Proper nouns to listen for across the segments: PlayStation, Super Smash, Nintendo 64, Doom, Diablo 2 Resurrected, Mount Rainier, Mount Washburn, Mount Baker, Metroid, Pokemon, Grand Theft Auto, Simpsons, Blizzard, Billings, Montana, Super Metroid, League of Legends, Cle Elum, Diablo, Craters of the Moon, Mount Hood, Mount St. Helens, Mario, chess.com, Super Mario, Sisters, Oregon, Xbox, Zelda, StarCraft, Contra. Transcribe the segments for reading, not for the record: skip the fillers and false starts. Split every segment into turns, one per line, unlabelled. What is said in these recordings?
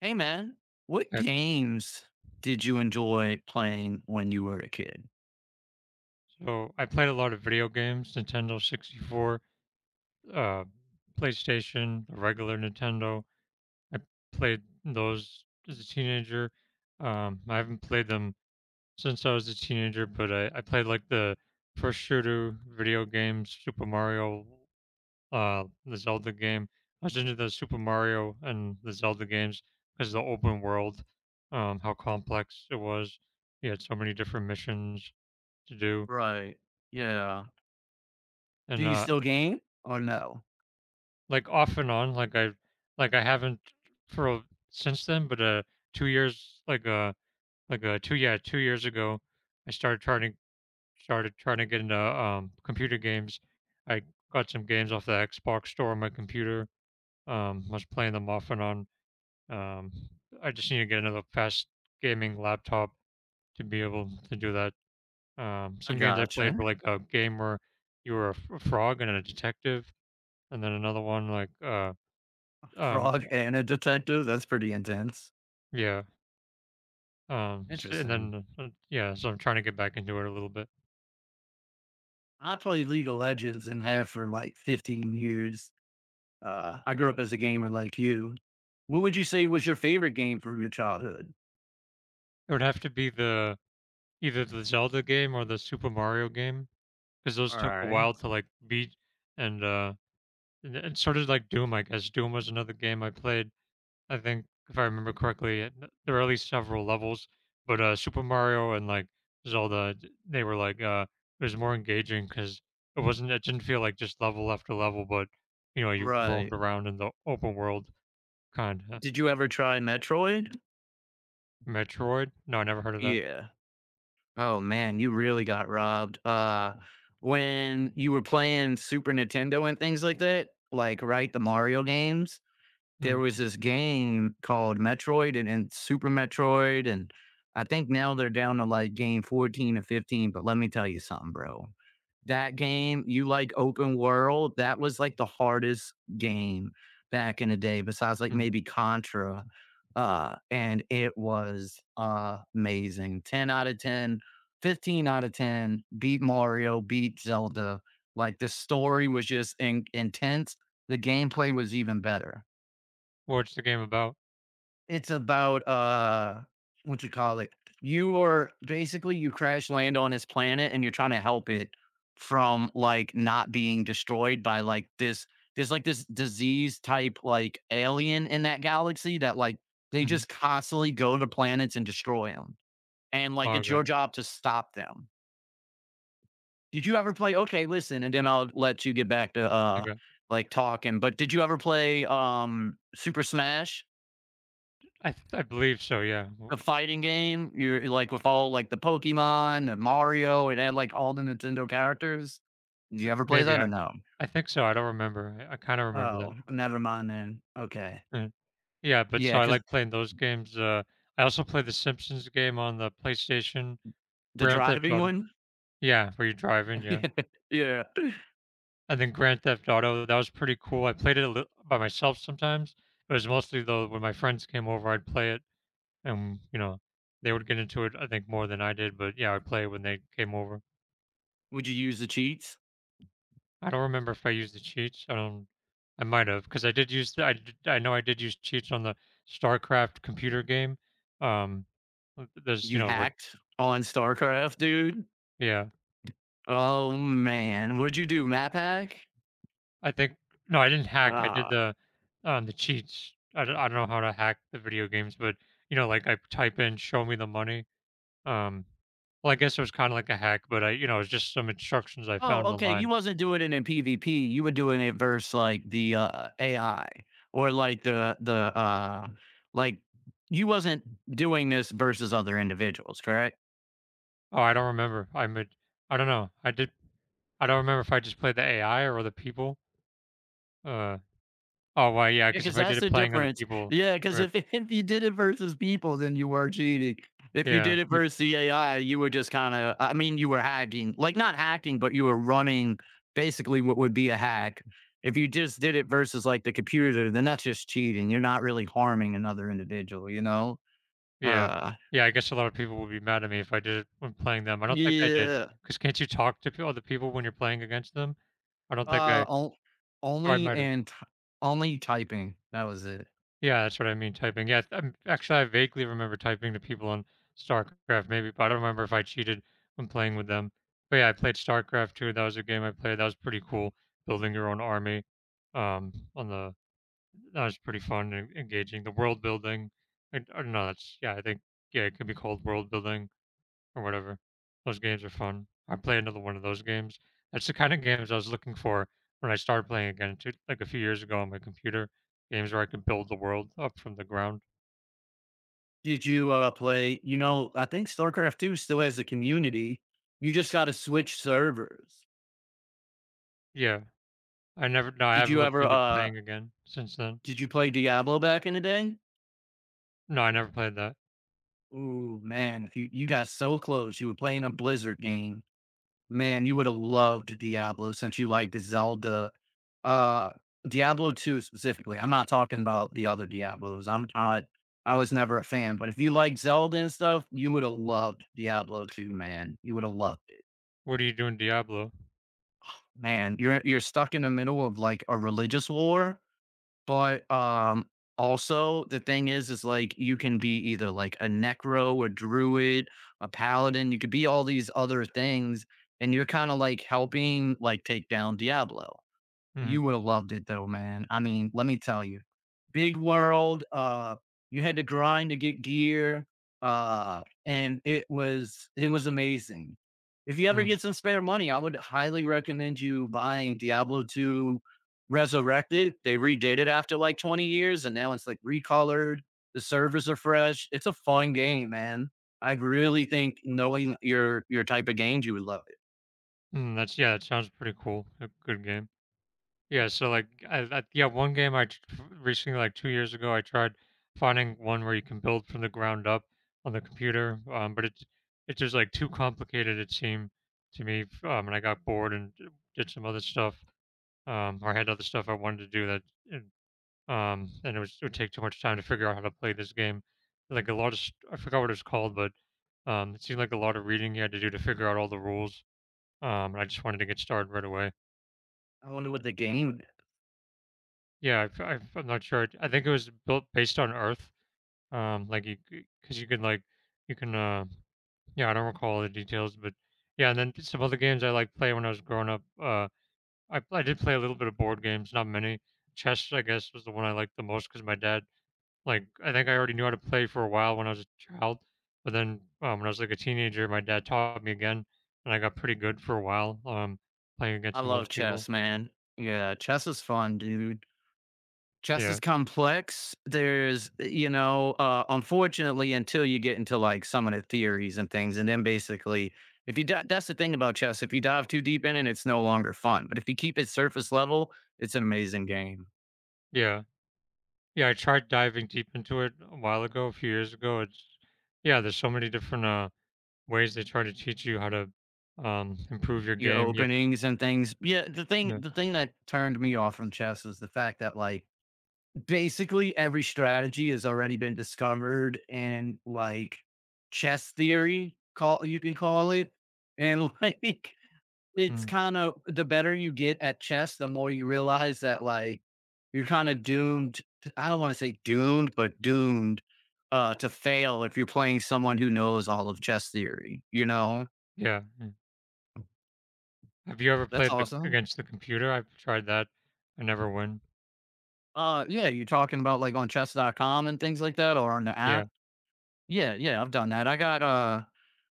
Hey man, what
Yep.
games did you enjoy playing when you were a kid?
So I played a lot of video games, Nintendo 64, uh, PlayStation, the regular Nintendo. I played those as a teenager. I haven't played them since I was a teenager, but I played like the first shooter video games, Super Mario, the Zelda game. I was into the Super Mario and the Zelda games because the open world, how complex it was. You had so many different missions to do.
Right. Yeah. Do
And
you still game or no?
Like, off and on, like, I haven't for a since then, but, 2 years like, 2 yeah, 2 years ago, I started trying to get into, computer games. I got some games off the Xbox store on my computer, was playing them off and on. Um, I just need to get another fast gaming laptop to be able to do that.
I
Some games I
gotcha.
played were, like, a game where you were a frog and a detective, and then another one, like,
A
um
frog and a detective? That's pretty intense.
yeah.
Interesting.
Yeah, so I'm trying to get back into it a little bit.
I played League of Legends and have for like 15 years. I grew up as a gamer like you. What would you say was your favorite game from your childhood?
It would have to be the either the Zelda game or the Super Mario game because those
All
took a
right.
while to, like, beat, and, uh, and so did, like, Doom, I guess. Doom was another game I played, I think, if I remember correctly, and there were at least several levels, but, Super Mario and, like, Zelda, d they were, like, it was more engaging because it wasn't it didn't feel like just level after level, but, you know, you roamed
Right.
around in the open world, kinda.
Did you ever try Metroid?
Metroid? No, I never heard of that.
Yeah. Oh man, you really got robbed. When you were playing Super Nintendo and things like that, like right, the Mario games, there
Mm,
was this game called Metroid and Super Metroid, and I think now they're down to like game 14 or 15. But let me tell you something, bro. That game, you like open world, that was like the hardest game back in the day, besides like
mm.
maybe Contra. And it was amazing. 10 out of 10, 15 out of 10, beat Mario, beat Zelda. Like the story was just intense. The gameplay was even better.
What's the game about?
It's about, what you call it? You are basically you crash land on this planet and you're trying to help it from, like, not being destroyed by, like, this there's, like, this disease type, like, alien in that galaxy that, like, they
Mhm.
just constantly go to planets and destroy them. And, like,
Oh,
it's
okay,
your job to stop them. Did you ever play okay, listen, and then I'll let you get back to,
okay.
like, talking, but did you ever play, Super Smash?
I believe so, yeah. W
The fighting game, you're eh, like with all like the Pokemon and Mario, it had like all the Nintendo characters. Did you ever play
maybe
that or no?
I think so, I don't remember. I kinda remember that.
Oh, never mind then. Okay.
Mm. Yeah, but
Yeah,
so I
because
like playing those games, I also play the Simpsons game on the PlayStation,
the
Grand Theft
driving
Auto.
one?
Yeah, where you're driving, yeah.
Yeah.
And then Grand Theft Auto, that was pretty cool. I played it a lit by myself sometimes. It was mostly though when my friends came over, I'd play it and, you know, they would get into it, I think, more than I did, but yeah, I'd play it when they came over.
Would you use the cheats?
I don't remember if I used the cheats. I don't. I might have because I know I did use cheats on the StarCraft computer game. Um, there's you
You
know where
hacked on StarCraft, dude?
yeah.
Oh, man. What'd you do, map hack?
I think no, I didn't hack. I did
Ah.
the cheats. I don't know how to hack the video games, but you know like I type in show me the money. Um, well I guess it was kind of like a hack, but I you know it was just some instructions I
Oh,
found
okay. You
online.
wasn't doing it in PvP. You were doing it versus like the AI or like the like you wasn't doing this versus other individuals, correct?
Oh, I don't remember. I made. I don't know. I did. I don't remember if I just played the AI or the people. Uh. Oh, well, yeah, because if
Because
I did
that's
it
the
playing other
difference.
people
Yeah, because
or
if, if you did it versus people, then you were cheating. If you
yeah,
did it
y
versus the AI, you were just kind of, I mean, you were hacking, like not hacking, but you were running basically what would be a hack. If you just did it versus like the computer, then that's just cheating. You're not really harming another individual, you know?
yeah.
Uh,
Yeah, I guess a lot of people would be mad at me if I did it when playing them. I don't think I did,
yeah,
because 'cause can't you talk to p other people when you're playing against them? I don't think I
on
or I
only
might've.
and t only typing, that was it.
Yeah, that's what I mean, typing. Yeah, actually, I vaguely remember typing to people on StarCraft maybe, but I don't remember if I cheated when playing with them. But, yeah, I played StarCraft too. That was a game I played, that was pretty cool, building your own army, on the that was pretty fun and engaging. The world building, I don't know. That's yeah. I think yeah, it could be called world building or whatever. Those games are fun. I play another one of those games. That's the kind of games I was looking for when I started playing again, too, like a few years ago on my computer. Games where I could build the world up from the ground.
Did you, play you know, I think StarCraft Two still has a community. You just gotta switch servers.
Yeah, I never. no, I
Did
haven't
you
looked
ever,
into playing again since then.
did you play Diablo back in the day?
No, I never played that.
Ooh, man, if you got so close, you were playing a Blizzard game. Man, you would have loved Diablo since you liked Zelda. Uh, Diablo 2 specifically. I'm not talking about the other Diablos. I was never a fan, but if you like Zelda and stuff, you would have loved Diablo 2, man. You would have loved it.
What do you do in Diablo?
Man, you're stuck in the middle of like a religious war but, also the thing is like you can be either like a necro, a druid, a paladin. You could be all these other things, and you're kinda like helping like take down Diablo.
Mm-hmm.
You would have loved it though, man. I mean, let me tell you, big world. You had to grind to get gear, and it was amazing. If you ever
Mm,
get some spare money, I would highly recommend you buying Diablo 2 Resurrected. They redid it after like 20 years, and now it's like recolored. The servers are fresh. It's a fun game, man. I really think knowing your type of games, you would love it.
that's yeah. That sounds pretty cool. A good game. Yeah, so like, yeah, one game I t- recently, like 2 years ago, I tried finding one where you can build from the ground up on the computer, but it's just like too complicated. It seemed to me, and I got bored and did some other stuff, or I had other stuff I wanted to do that, and it would take too much time to figure out how to play this game. Like a lot of, I forgot what it was called, but it seemed like a lot of reading you had to do to figure out all the rules. And I just wanted to get started right away.
I wonder what the game
Yeah, I'm not sure. I think it was built based on Earth. Like you, because you can like, you can. Yeah, I don't recall all the details, but yeah. And then some other games I like play when I was growing up. I did play a little bit of board games, not many. Chess, I guess, was the one I liked the most because my dad, like, I think I already knew how to play for a while when I was a child, but then when I was like a teenager, my dad taught me again, and I got pretty good for a while. Playing
I
against some other
love
people.
chess, man. Yeah, chess is fun, dude. Chess is
Yeah,
complex. There's, eh, you know, unfortunately, until you get into like some of the theories and things, and then basically, if you that's the thing about chess, if you dive too deep in it, it's no longer fun. But if you keep it surface level, it's an amazing game.
yeah. Yeah, I tried diving deep into it a while ago, a few years ago. It's yeah, there's so many different ways they try to teach you how to improve your
Your
game.
openings and things. Yeah,
Yeah,
the thing that turned me off from chess was the fact that like basically every strategy has already been discovered in like chess theory call you can call it, and like it's
mm,
kind of the better you get at chess, the more you realize that like you're kind of I don't want to say doomed but doomed to fail if you're playing someone who knows all of chess theory, you know?
yeah, yeah. Have you ever
That's
played
awesome.
against the computer? I've tried that. I never win.
Yeah you're talking about like on chess. Dot com and things like that or on the
Yeah,
app. Yeah, I've done that.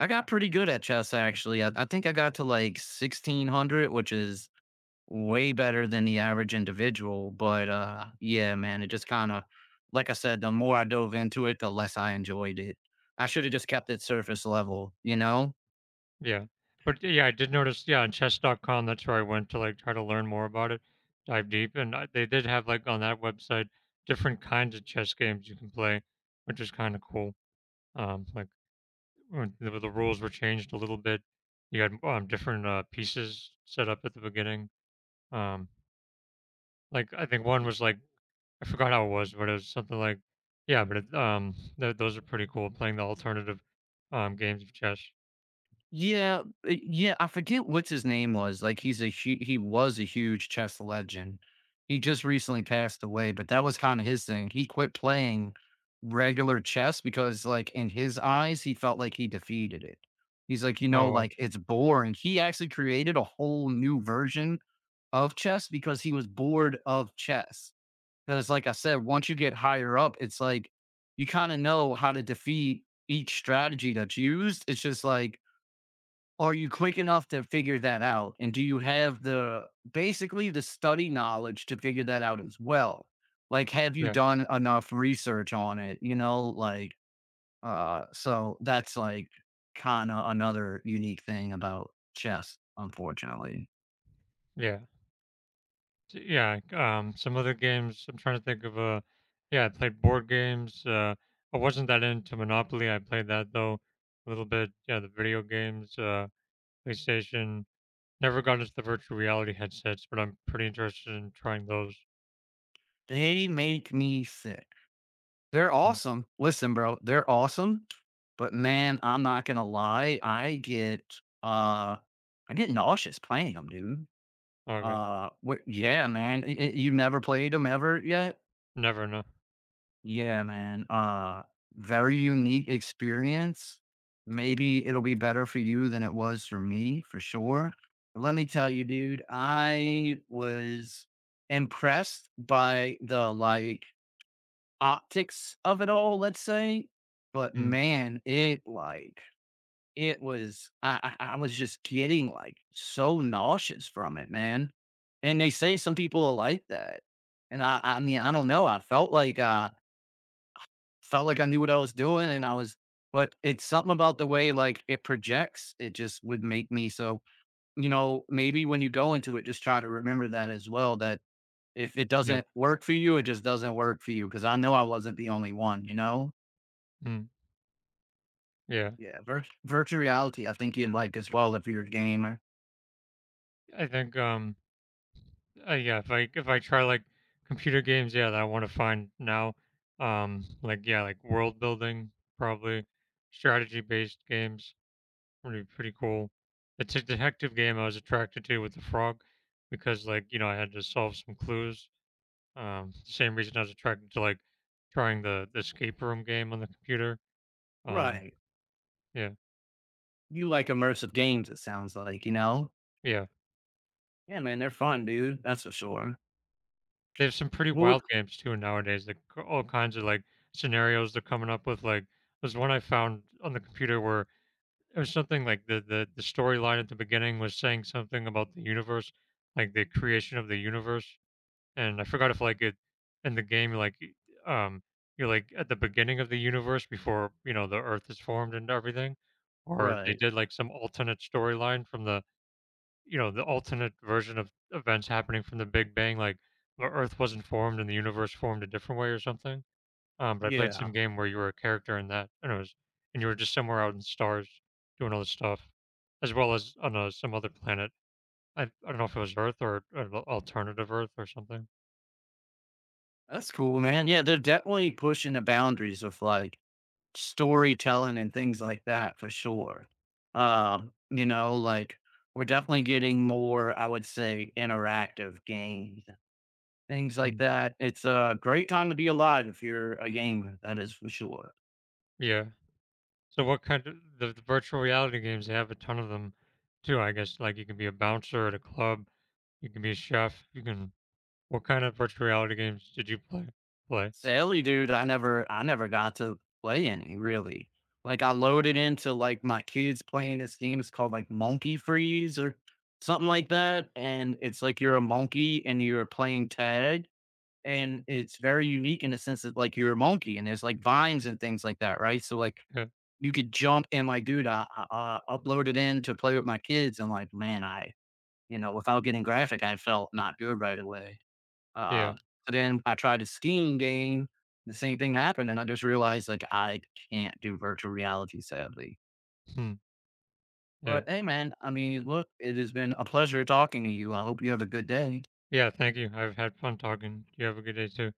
I got pretty good at chess actually. I think I got to like 1600, which is way better than the average individual, but yeah, man, it just kind of like I said, the more I dove into it, the less I enjoyed it. I should have just kept it surface level, you know?
yeah. But yeah, I did notice. Yeah, on chess.com, that's where I went to like try to learn more about it, dive deep, and they did have like on that website different kinds of chess games you can play, which is kind of cool. Um, like Or the rules were changed a little bit. You had, different, pieces set up at the beginning. Um, like, I think one was, like I forgot how it was, but it was something like yeah, but it, those are pretty cool, playing the alternative, games of chess.
Yeah, yeah, I forget what his name was. Like he was a huge chess legend. He just recently passed away, but that was kind of his thing. He quit playing regular chess because like in his eyes, he felt like he defeated it. He's like, you know,
Oh,
like it's boring. He actually created a whole new version of chess because he was bored of chess. Because like I said, once you get higher up, it's like you kind of know how to defeat each strategy that's used. It's just like are you quick enough to figure that out? And do you have the basically the study knowledge to figure that out as well? Like, have you
yeah,
done enough research on it? You know, like, so that's like kind of another unique thing about chess, unfortunately.
yeah. S yeah, some other games I'm trying to think of, yeah, I played board games, I wasn't that into Monopoly, I played that, though, a little bit. Yeah, the video games, PlayStation. Never got into the virtual reality headsets, but I'm pretty interested in trying those.
They make me sick. They're
Mm.
awesome. Listen, bro, they're awesome. But man, I'm not gonna lie, uh I get nauseous playing them, dude.
Okay.
What yeah, man. Y y you never played them ever yet?
Never know.
Yeah, man. Very unique experience. Maybe it'll be better for you than it was for me, for sure. But let me tell you, dude, I was impressed by the, like, optics of it all, let's say, but
Mm.
man, it, like it was I was just getting, like, so nauseous from it, man, and they say some people are like that, and I mean, I don't know, I felt like I knew what I was doing, and I was but it's something about the way, like, it projects, it just would make me so you know, maybe when you go into it, just try to remember that as well, that if it
Yeah.
doesn't work for you, it just doesn't work for you. Because I know I wasn't the only one, you know?
Mm. Yeah.
Yeah, virtual reality, I think you'd like as well if you're a gamer.
I think, yeah, if I try like computer games, yeah, that I want to find now, yeah, like world building, probably strategy based games would be pretty cool. The detective game I was attracted to with the frog, because like you know I had to solve some clues. Same reason I was attracted to like trying the escape room game on the computer. Um,
Right.
yeah,
You like immersive games, it sounds like, you know?
yeah.
Yeah, man, they're fun, dude. That's for sure.
There's some pretty
Well,
wild games too nowadays, like all kinds of like scenarios they're coming up with. Like there's one I found on the computer where it was something like the storyline at the beginning was saying something about the universe, like the creation of the universe. And I forgot if like it in the game like y- um you're like at the beginning of the universe before you know the earth is formed and everything, or they
right.
did like some alternate storyline from the you know, the alternate version of events happening from the Big Bang, like the Earth wasn't formed and the universe formed a different way or something. But I played some
Yeah.
game where you were a character in that, and you were just somewhere out in the stars doing all this stuff, as well as on some other planet. I don't know if it was Earth or an alternative Earth or something.
That's cool, man. Yeah, they're definitely pushing the boundaries of like storytelling and things like that for sure. You know, like we're definitely getting more, I would say, interactive games, things like
Mm.
that. It's a great time to be alive if you're a gamer, that is for sure.
Yeah. So what kind of the virtual reality games? They have a ton of them, too. I guess like you can be a bouncer at a club, you can be a chef, you can. What kind of virtual reality games did you play? Play.
Sally, dude, I never got to play any really. Like I loaded into like my kids playing this game. It's called like Monkey Freeze or something like that. And it's like you're a monkey and you're playing tag. And it's very unique in the sense that like you're a monkey and there's like vines and things like that, right? So like
Yeah.
you could jump and like, dude, I uploaded in to play with my kids and like, man, I, you know, without getting graphic, I felt not good right away.
Yeah.
Uh, so then I tried a skiing game. The same thing happened, and I just realized like I can't do virtual reality, sadly.
Hmm. Yeah.
But hey, man, I mean, look, it has been a pleasure talking to you. I hope you have a good day.
Yeah. Thank you. I've had fun talking. You have a good day too.